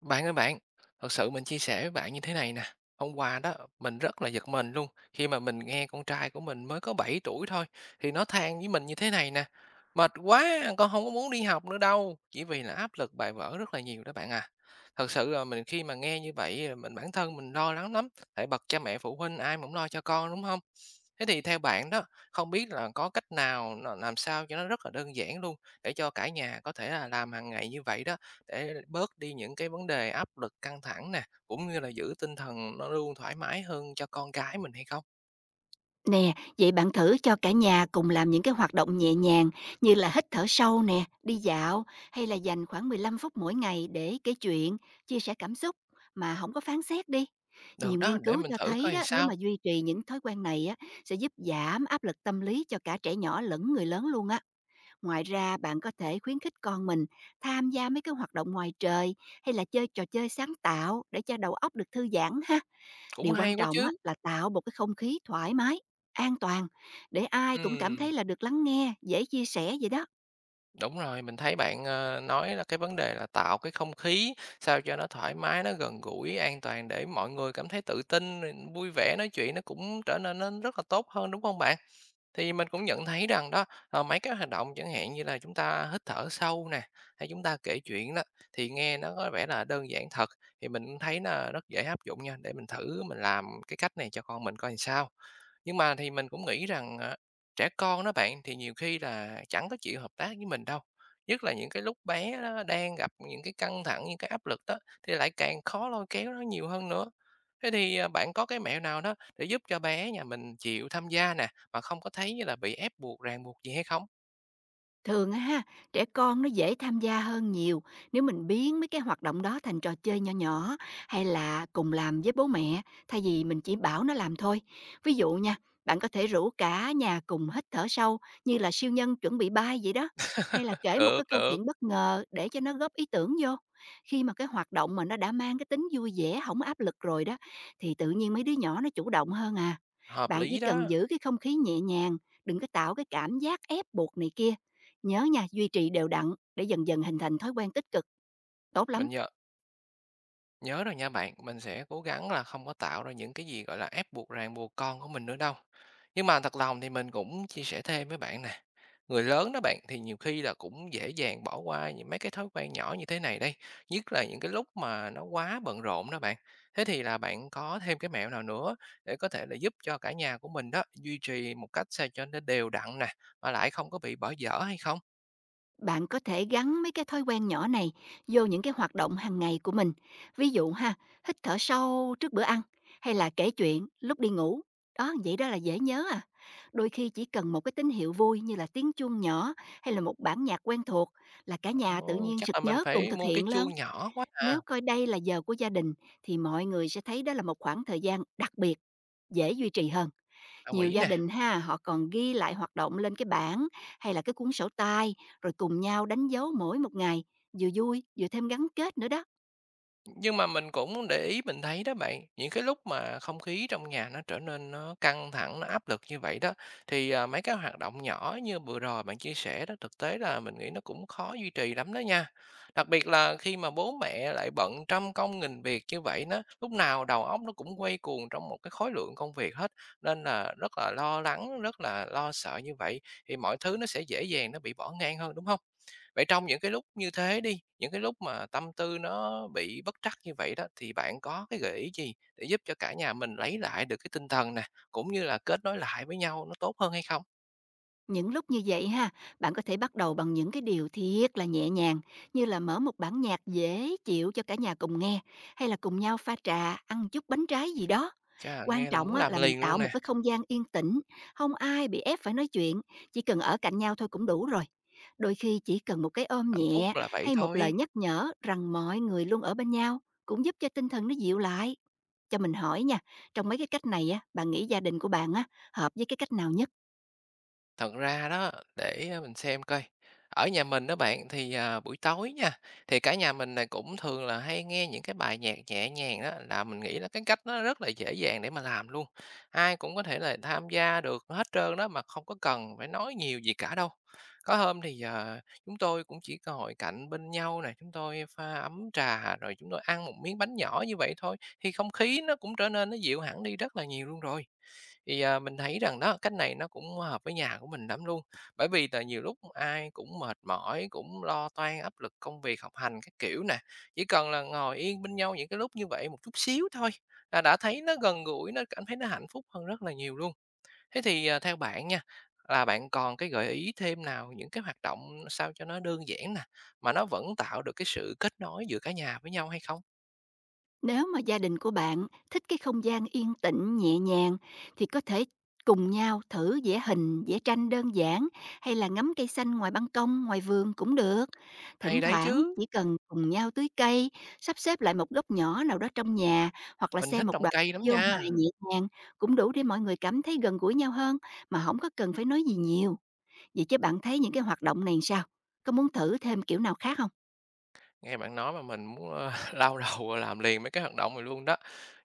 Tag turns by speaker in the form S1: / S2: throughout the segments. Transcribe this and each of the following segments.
S1: Bạn ơi bạn, thật sự mình chia sẻ với bạn như thế này nè. Hôm qua đó, mình rất là giật mình luôn khi mà mình nghe con trai của mình mới có 7 tuổi thôi thì nó than với mình như thế này nè. Mệt quá, con không có muốn đi học nữa đâu, chỉ vì là áp lực bài vở rất là nhiều đó bạn à. Thật sự là mình khi mà nghe như vậy à, mình bản thân mình lo lắng lắm, tại bậc cha mẹ phụ huynh ai mà cũng lo cho con đúng không? Thế thì theo bạn đó, không biết là có cách nào làm sao cho nó rất là đơn giản luôn để cho cả nhà có thể là làm hàng ngày như vậy đó để bớt đi những cái vấn đề áp lực căng thẳng nè, cũng như là giữ tinh thần nó luôn thoải mái hơn cho con cái mình hay không?
S2: Nè, vậy bạn thử cho cả nhà cùng làm những cái hoạt động nhẹ nhàng như là hít thở sâu nè, đi dạo hay là dành khoảng 15 phút mỗi ngày để kể chuyện, chia sẻ cảm xúc mà không có phán xét đi.
S1: Được
S2: Nhiều
S1: đó,
S2: nghiên
S1: để
S2: cứu
S1: mình
S2: cho
S1: thử
S2: thấy
S1: coi làm
S2: đó, nếu mà
S1: sao.
S2: duy trì những thói quen này á sẽ giúp giảm áp lực tâm lý cho cả trẻ nhỏ lẫn người lớn luôn á. Ngoài ra, bạn có thể khuyến khích con mình tham gia mấy cái hoạt động ngoài trời hay là chơi trò chơi sáng tạo để cho đầu óc được thư giãn ha.
S1: Cũng
S2: Điều quan
S1: hay quá
S2: trọng á
S1: chứ.
S2: là tạo một cái không khí thoải mái, an toàn để ai cũng cảm thấy
S1: Ừm,
S2: là được lắng nghe, dễ chia sẻ vậy đó.
S1: đúng rồi, mình thấy bạn, nói là cái vấn đề là tạo cái không khí sao cho nó thoải mái, nó gần gũi, an toàn để mọi người cảm thấy tự tin rồi vui vẻ nói chuyện nó cũng trở nên nó rất là tốt hơn, đúng không bạn? Thì mình cũng nhận thấy rằng đó, mấy cái hành động chẳng hạn như là chúng ta hít thở sâu nè, hay chúng ta kể chuyện đó, thì nghe nó có vẻ là đơn giản thật, thì mình thấy là rất dễ áp dụng nha, để mình thử mình làm cái cách này cho con mình coi làm sao. Nhưng mà thì mình cũng nghĩ rằng, trẻ con đó bạn, thì nhiều khi là chẳng có chịu hợp tác với mình đâu, nhất là những cái lúc bé nó đang gặp những cái căng thẳng, những cái áp lực đó, thì lại càng khó lôi kéo nó nhiều hơn nữa. Thế thì, bạn có cái mẹo nào đó để giúp cho bé nhà mình chịu tham gia nè, mà không có thấy như là bị ép buộc, ràng buộc gì hay không?
S2: Thường á ha, trẻ con nó dễ tham gia hơn nhiều nếu mình biến mấy cái hoạt động đó thành trò chơi nhỏ nhỏ hay là cùng làm với bố mẹ thay vì mình chỉ bảo nó làm thôi. Ví dụ nha, bạn có thể rủ cả nhà cùng hít thở sâu như là siêu nhân chuẩn bị bay vậy đó, hay là kể một
S1: Được,
S2: cái câu
S1: được.
S2: chuyện bất ngờ để cho nó góp ý tưởng vô. Khi mà cái hoạt động mà nó đã mang cái tính vui vẻ, không áp lực rồi đó thì tự nhiên mấy đứa nhỏ nó chủ động hơn à.
S1: Hợp
S2: Bạn chỉ
S1: lý
S2: cần
S1: đó.
S2: giữ cái không khí nhẹ nhàng, đừng có tạo cái cảm giác ép buộc này kia. Nhớ nha, duy trì đều đặn để dần dần hình thành thói quen tích cực, tốt lắm.
S1: Mình nhớ nhớ rồi nha bạn, mình sẽ cố gắng là không có tạo ra những cái gì, gọi là, ép buộc, ràng buộc con của mình nữa đâu. Nhưng mà thật lòng thì mình cũng chia sẻ thêm với bạn nè. Người lớn đó bạn thì nhiều khi là cũng dễ dàng bỏ qua những mấy cái thói quen nhỏ như thế này đây, nhất là những cái lúc mà nó quá bận rộn đó bạn. Thế thì là bạn có thêm cái mẹo nào nữa để có thể là giúp cho cả nhà của mình đó duy trì một cách sao cho nó đều đặn nè, mà lại không có bị bỏ dở hay không?
S2: Bạn có thể gắn mấy cái thói quen nhỏ này vô những cái hoạt động hàng ngày của mình. Ví dụ ha, hít thở sâu trước bữa ăn hay là kể chuyện lúc đi ngủ. Đó, vậy đó là dễ nhớ à. Đôi khi chỉ cần một cái tín hiệu vui như là tiếng chuông nhỏ hay là một bản nhạc quen thuộc là cả nhà tự
S1: Ồ,
S2: nhiên
S1: chắc
S2: sực
S1: là mình
S2: nhớ cùng
S1: phải
S2: thực
S1: mua cái
S2: hiện lớn.
S1: chuông nhỏ quá à.
S2: Nếu coi đây là giờ của gia đình thì mọi người sẽ thấy đó là một khoảng thời gian đặc biệt, dễ duy trì hơn.
S1: Đồng
S2: Nhiều
S1: ý
S2: gia
S1: nè.
S2: đình ha, họ còn ghi lại hoạt động lên cái bảng hay là cái cuốn sổ tay rồi cùng nhau đánh dấu mỗi một ngày, vừa vui vừa thêm gắn kết nữa đó.
S1: Nhưng mà mình cũng để ý mình thấy đó bạn, những cái lúc mà không khí trong nhà nó trở nên nó căng thẳng, nó áp lực như vậy đó, thì, mấy cái hoạt động nhỏ như vừa rồi bạn chia sẻ đó, thực tế là mình nghĩ nó cũng khó duy trì lắm đó nha. Đặc biệt là khi mà bố mẹ lại bận trăm công nghìn việc như vậy đó, lúc nào đầu óc nó cũng quay cuồng trong một cái khối lượng công việc hết, nên là rất là lo lắng, rất là lo sợ như vậy, thì mọi thứ nó sẽ dễ dàng nó bị bỏ ngang hơn, đúng không? Vậy trong những cái lúc như thế đi, những cái lúc mà tâm tư nó bị bất trắc như vậy đó, thì bạn có cái gợi ý gì để giúp cho cả nhà mình lấy lại được cái tinh thần nè, cũng như là kết nối lại với nhau nó tốt hơn hay không?
S2: Những lúc như vậy ha, bạn có thể bắt đầu bằng những cái điều thiệt là nhẹ nhàng như là mở một bản nhạc dễ chịu cho cả nhà cùng nghe hay là cùng nhau pha trà, ăn chút bánh trái gì đó.
S1: Chà,
S2: Quan
S1: nghe là
S2: trọng
S1: muốn
S2: á
S1: làm
S2: là mình
S1: liền
S2: tạo
S1: luôn
S2: một
S1: nè.
S2: cái không gian yên tĩnh, không ai bị ép phải nói chuyện, chỉ cần ở cạnh nhau thôi cũng đủ rồi. Đôi khi chỉ cần một cái ôm
S1: Hạnh phúc
S2: nhẹ
S1: là vậy
S2: hay một
S1: thôi.
S2: lời nhắc nhở rằng mọi người luôn ở bên nhau cũng giúp cho tinh thần nó dịu lại. Cho mình hỏi nha, trong mấy cái cách này á, bạn nghĩ gia đình của bạn á, hợp với cái cách nào nhất?
S1: Thật ra đó, để, mình xem coi, ở nhà mình đó bạn thì, buổi tối nha, thì cả nhà mình này cũng thường là hay nghe những cái bài nhạc nhẹ nhàng đó là mình nghĩ là cái cách nó rất là dễ dàng để mà làm luôn. Ai cũng có thể là tham gia được hết trơn đó, mà không có cần phải nói nhiều gì cả đâu. Có hôm thì, chúng tôi cũng chỉ ngồi cạnh bên nhau này chúng tôi pha ấm trà rồi chúng tôi ăn một miếng bánh nhỏ như vậy thôi, thì không khí nó cũng trở nên nó dịu hẳn đi rất là nhiều luôn rồi. Thì, mình thấy rằng đó, cách này nó cũng hợp với nhà của mình lắm luôn, bởi vì là nhiều lúc ai cũng mệt mỏi, cũng lo toan áp lực công việc, học hành các kiểu nè, chỉ cần là ngồi yên bên nhau những cái lúc như vậy một chút xíu thôi là đã thấy nó gần gũi, nó cảm thấy nó hạnh phúc hơn rất là nhiều luôn. Thế thì, theo bạn nha, là bạn còn cái gợi ý thêm nào, những cái hoạt động sao cho nó đơn giản nè, mà nó vẫn tạo được cái sự kết nối giữa cả nhà với nhau hay không?
S2: Nếu mà gia đình của bạn thích cái không gian yên tĩnh, nhẹ nhàng thì có thể cùng nhau thử vẽ hình, vẽ tranh đơn giản hay là ngắm cây xanh ngoài ban công, ngoài vườn cũng được. Thỉnh
S1: Hay đấy
S2: thoảng
S1: chứ.
S2: chỉ cần cùng nhau tưới cây, sắp xếp lại một góc nhỏ nào đó trong nhà hoặc là
S1: Mình
S2: xem
S1: thích
S2: một
S1: trồng
S2: đoạn
S1: cây lắm
S2: video hài
S1: nha.
S2: nhẹ nhàng cũng đủ để mọi người cảm thấy gần gũi nhau hơn mà không có cần phải nói gì nhiều. Vậy chứ bạn thấy những cái hoạt động này sao? Có muốn thử thêm kiểu nào khác không?
S1: Nghe bạn nói mà mình muốn, lao đầu vào làm liền mấy cái hoạt động này luôn đó.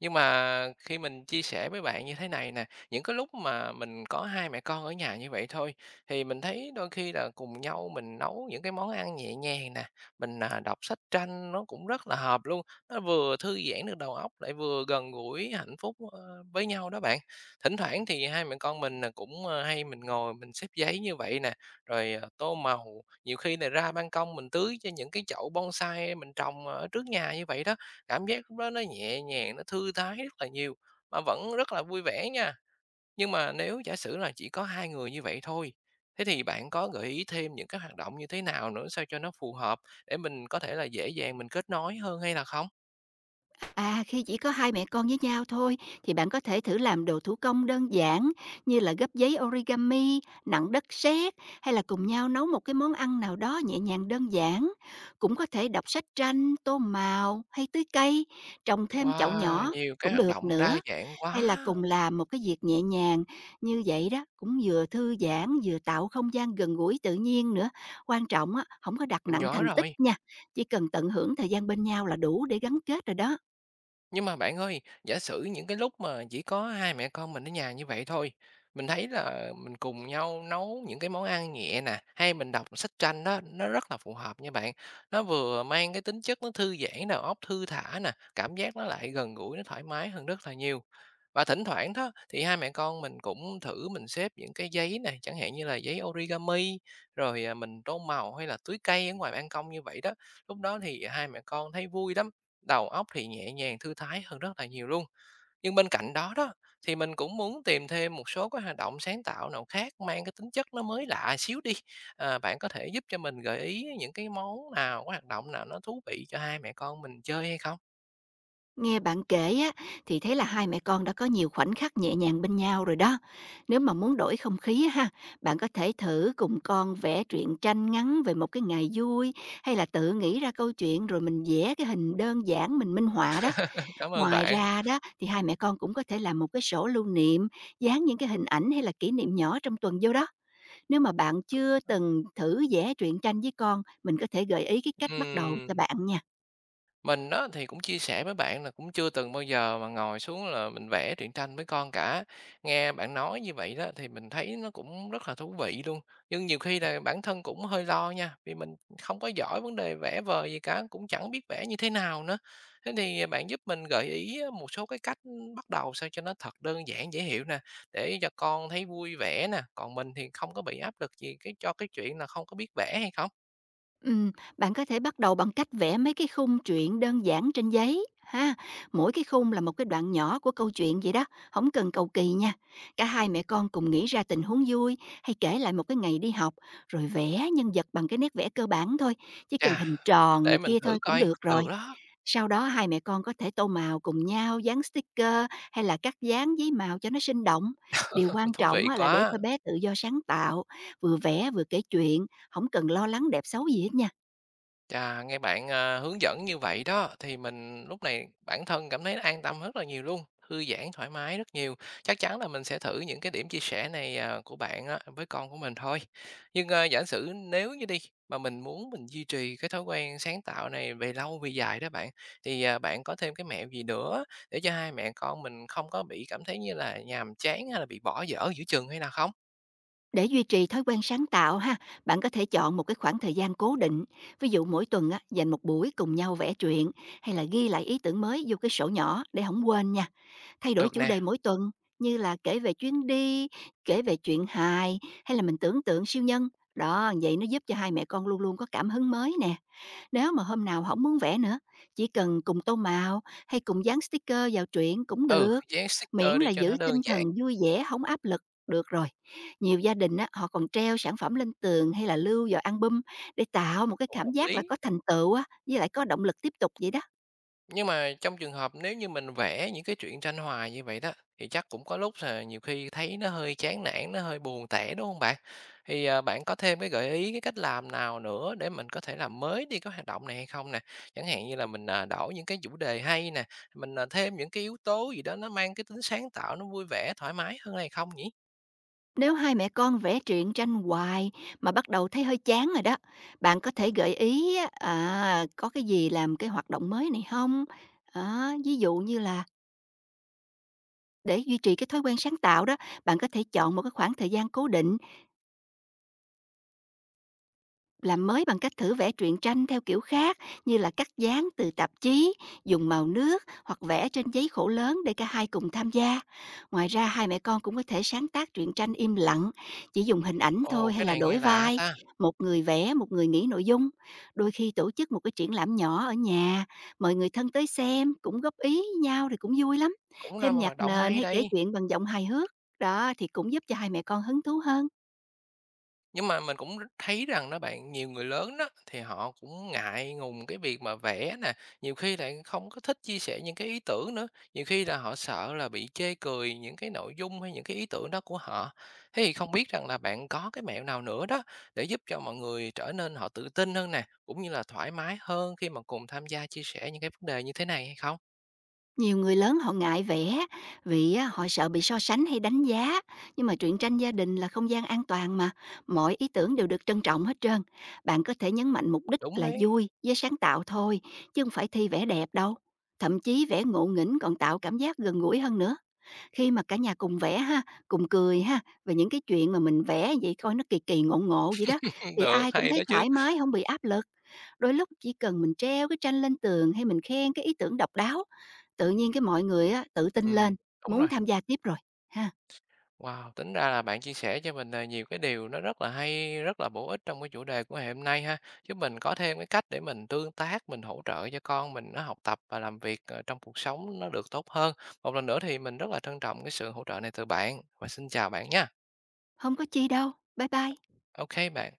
S1: Nhưng mà khi mình chia sẻ với bạn như thế này nè, những cái lúc mà mình có hai mẹ con ở nhà như vậy thôi, thì mình thấy đôi khi là cùng nhau mình nấu những cái món ăn nhẹ nhàng nè, mình, đọc sách tranh nó cũng rất là hợp luôn, nó vừa thư giãn được đầu óc lại vừa gần gũi hạnh phúc với nhau đó bạn. Thỉnh thoảng thì hai mẹ con mình, cũng, hay mình ngồi mình xếp giấy như vậy nè, rồi, tô màu. Nhiều khi này ra ban công mình tưới cho những cái chậu bonsai mình trồng ở trước nhà như vậy đó, cảm giác lúc đó nó nhẹ nhàng, nó thư thái rất là nhiều, mà vẫn rất là vui vẻ nha. Nhưng mà nếu giả sử là chỉ có 2 người như vậy thôi, thế thì bạn có gợi ý thêm những cái hoạt động như thế nào nữa sao cho nó phù hợp để mình có thể là dễ dàng mình kết nối hơn hay là không?
S2: À, khi chỉ có hai mẹ con với nhau thôi thì bạn có thể thử làm đồ thủ công đơn giản như là gấp giấy origami, nặn đất sét hay là cùng nhau nấu một cái món ăn nào đó nhẹ nhàng đơn giản. Cũng có thể đọc sách tranh, tô màu hay tưới cây, trồng thêm chậu
S1: Wow,
S2: nhỏ
S1: nhiều cái
S2: cũng
S1: hoạt
S2: được
S1: động đa
S2: nữa.
S1: dạng
S2: Hay
S1: quá!
S2: là cùng làm một cái việc nhẹ nhàng như vậy đó, cũng vừa thư giãn vừa tạo không gian gần gũi tự nhiên nữa. Quan trọng á, không có đặt
S1: Mình
S2: nặng
S1: nhớ
S2: thành tích
S1: rồi.
S2: nha, chỉ cần tận hưởng thời gian bên nhau là đủ để gắn kết rồi đó.
S1: Nhưng mà bạn ơi, giả sử những cái lúc mà chỉ có hai mẹ con mình ở nhà như vậy thôi, mình thấy là mình cùng nhau nấu những cái món ăn nhẹ nè, hay mình đọc sách tranh đó, nó rất là phù hợp nha bạn. Nó vừa mang cái tính chất nó thư giãn đầu óc thư thả nè, cảm giác nó lại gần gũi, nó thoải mái hơn rất là nhiều. Và thỉnh thoảng đó thì hai mẹ con mình cũng thử mình xếp những cái giấy này, chẳng hạn như là giấy origami, rồi mình tô màu hay là tưới cây ở ngoài ban công như vậy đó. Lúc đó thì hai mẹ con thấy vui lắm, đầu óc thì nhẹ nhàng, thư thái hơn rất là nhiều luôn. Nhưng bên cạnh đó đó, thì mình cũng muốn tìm thêm một số cái hoạt động sáng tạo nào khác mang cái tính chất nó mới lạ xíu đi. Bạn có thể giúp cho mình gợi ý những cái món nào, cái hoạt động nào nó thú vị cho hai mẹ con mình chơi hay không?
S2: Nghe bạn kể á, thì thấy là hai mẹ con đã có nhiều khoảnh khắc nhẹ nhàng bên nhau rồi đó. Nếu mà muốn đổi không khí á ha, bạn có thể thử cùng con vẽ truyện tranh ngắn về một cái ngày vui hay là tự nghĩ ra câu chuyện rồi mình vẽ cái hình đơn giản mình minh họa đó.
S1: Cảm ơn
S2: Ngoài
S1: bạn.
S2: ra đó thì hai mẹ con cũng có thể làm một cái sổ lưu niệm, dán những cái hình ảnh hay là kỷ niệm nhỏ trong tuần vô đó. Nếu mà bạn chưa từng thử vẽ truyện tranh với con, mình có thể gợi ý cái cách bắt đầu cho
S1: Ừm.
S2: bạn nha.
S1: Mình á, thì cũng chia sẻ với bạn là cũng chưa từng bao giờ mà ngồi xuống là mình vẽ truyện tranh với con cả. Nghe bạn nói như vậy đó thì mình thấy nó cũng rất là thú vị luôn. Nhưng nhiều khi là bản thân cũng hơi lo nha, vì mình không có giỏi vấn đề vẽ vời gì cả, cũng chẳng biết vẽ như thế nào nữa. Thế thì bạn giúp mình gợi ý một số cái cách bắt đầu sao cho nó thật đơn giản dễ hiểu nè, để cho con thấy vui vẻ nè, còn mình thì không có bị áp lực gì cái cho cái chuyện là không có biết vẽ hay không?
S2: Ừm, bạn có thể bắt đầu bằng cách vẽ mấy cái khung truyện đơn giản trên giấy ha. Mỗi cái khung là một cái đoạn nhỏ của câu chuyện vậy đó, không cần cầu kỳ nha. Cả hai mẹ con cùng nghĩ ra tình huống vui hay kể lại một cái ngày đi học rồi vẽ nhân vật bằng cái nét vẽ cơ bản thôi, chỉ cần
S1: Chà,
S2: hình tròn này
S1: để mình
S2: kia thôi
S1: thử
S2: cũng
S1: coi,
S2: được rồi.
S1: được đó.
S2: Sau đó hai mẹ con có thể tô màu cùng nhau, dán sticker hay là cắt dán giấy màu cho nó sinh động. Điều quan
S1: Thú
S2: trọng
S1: vị
S2: á là để
S1: quá.
S2: cho bé tự do sáng tạo, vừa vẽ vừa kể chuyện không cần lo lắng đẹp xấu gì hết nha.
S1: Chà, nghe bạn, hướng dẫn như vậy đó, thì mình lúc này bản thân cảm thấy an tâm rất là nhiều luôn, thư giãn, thoải mái rất nhiều. Chắc chắn là mình sẽ thử những cái điểm chia sẻ này, của bạn á với con của mình thôi. Nhưng, giả sử nếu như đi, mà mình muốn mình duy trì cái thói quen sáng tạo này về lâu về dài đó bạn, thì, bạn có thêm cái mẹo gì nữa để cho hai mẹ con mình không có bị cảm thấy như là nhàm chán hay là bị bỏ dở giữa chừng hay là không?
S2: Để duy trì thói quen sáng tạo ha, bạn có thể chọn một cái khoảng thời gian cố định, ví dụ mỗi tuần á, dành một buổi cùng nhau vẽ truyện hay là ghi lại ý tưởng mới vô cái sổ nhỏ để không quên nha. Thay đổi
S1: Được
S2: chủ đề
S1: nè,
S2: mỗi tuần như là kể về chuyến đi, kể về chuyện hài hay là mình tưởng tượng siêu nhân. Đó, vậy nó giúp cho hai mẹ con luôn luôn có cảm hứng mới nè. Nếu mà hôm nào không muốn vẽ nữa, chỉ cần cùng tô màu hay cùng dán sticker vào truyện cũng
S1: ừ,
S2: được,
S1: dán
S2: miễn
S1: sticker đi
S2: là
S1: cho
S2: giữ
S1: nó đơn
S2: tinh thần
S1: giản.
S2: vui vẻ, không áp lực, được rồi. Nhiều gia đình á, họ còn treo sản phẩm lên tường hay là lưu vào album để tạo một cái cảm
S1: Hợp
S2: giác là
S1: lý.
S2: có thành tựu á, với lại có động lực tiếp tục vậy đó.
S1: Nhưng mà trong trường hợp nếu như mình vẽ những cái truyện tranh hoài như vậy đó, thì chắc cũng có lúc là nhiều khi thấy nó hơi chán nản, nó hơi buồn tẻ, đúng không bạn? Thì, bạn có thêm cái gợi ý, cái cách làm nào nữa để mình có thể làm mới đi cái hoạt động này hay không nè? Chẳng hạn như là mình, đổi những cái chủ đề hay nè, mình, thêm những cái yếu tố gì đó nó mang cái tính sáng tạo, nó vui vẻ, thoải mái hơn hay không nhỉ?
S2: Nếu hai mẹ con vẽ truyện tranh hoài mà bắt đầu thấy hơi chán rồi đó, bạn có thể gợi ý á, có cái gì làm cái hoạt động mới này không. Đó, ví dụ như là... Để duy trì cái thói quen sáng tạo đó, bạn có thể chọn một cái khoảng thời gian cố định làm mới bằng cách thử vẽ truyện tranh theo kiểu khác như là cắt dán từ tạp chí, dùng màu nước hoặc vẽ trên giấy khổ lớn để cả hai cùng tham gia. Ngoài ra hai mẹ con cũng có thể sáng tác truyện tranh im lặng, chỉ dùng hình ảnh thôi
S1: Ồ,
S2: hay
S1: cái
S2: là
S1: này
S2: đổi
S1: nghe lạ
S2: vai,
S1: ta.
S2: một người vẽ, một người nghĩ nội dung. Đôi khi tổ chức một cái triển lãm nhỏ ở nhà, mời người thân tới xem cũng góp ý nhau thì cũng vui lắm.
S1: Cũng là
S2: Thêm
S1: một
S2: nhạc
S1: hoạt động
S2: nền
S1: hay
S2: hay kể
S1: đây.
S2: chuyện bằng giọng hài hước, đó thì cũng giúp cho hai mẹ con hứng thú hơn.
S1: Nhưng mà mình cũng thấy rằng đó bạn, nhiều người lớn đó, thì họ cũng ngại ngùng cái việc mà vẽ nè, nhiều khi lại không có thích chia sẻ những cái ý tưởng nữa, nhiều khi là họ sợ là bị chê cười những cái nội dung hay những cái ý tưởng đó của họ. Thế thì không biết rằng là bạn có cái mẹo nào nữa đó để giúp cho mọi người trở nên họ tự tin hơn nè, cũng như là thoải mái hơn khi mà cùng tham gia chia sẻ những cái vấn đề như thế này hay không?
S2: Nhiều người lớn họ ngại vẽ vì á, họ sợ bị so sánh hay đánh giá, nhưng mà truyện tranh gia đình là không gian an toàn mà, mọi ý tưởng đều được trân trọng hết trơn. Bạn có thể nhấn mạnh mục đích
S1: Đúng
S2: là
S1: đấy.
S2: vui với sáng tạo thôi, chứ không phải thi vẽ đẹp đâu. Thậm chí vẽ ngộ nghĩnh còn tạo cảm giác gần gũi hơn nữa. Khi mà cả nhà cùng vẽ ha, cùng cười ha, về những cái chuyện mà mình vẽ vậy coi nó kỳ kỳ, ngộ ngộ vậy đó, thì
S1: Được,
S2: ai cũng
S1: hay
S2: thấy
S1: đó chứ.
S2: thoải mái, không bị áp lực. Đôi lúc chỉ cần mình treo cái tranh lên tường hay mình khen cái ý tưởng độc đáo, tự nhiên cái mọi người á tự tin
S1: Ừm,
S2: lên,
S1: đúng
S2: muốn
S1: rồi.
S2: tham gia tiếp rồi ha.
S1: Wow, tính ra là bạn chia sẻ cho mình, nhiều cái điều nó rất là hay, rất là bổ ích trong cái chủ đề của ngày hôm nay ha, giúp mình có thêm cái cách để mình tương tác, mình hỗ trợ cho con mình nó học tập và làm việc, trong cuộc sống nó được tốt hơn. Một lần nữa thì mình rất là trân trọng cái sự hỗ trợ này từ bạn và xin chào bạn nha.
S2: Không có chi đâu. Bye bye.
S1: Ok bạn.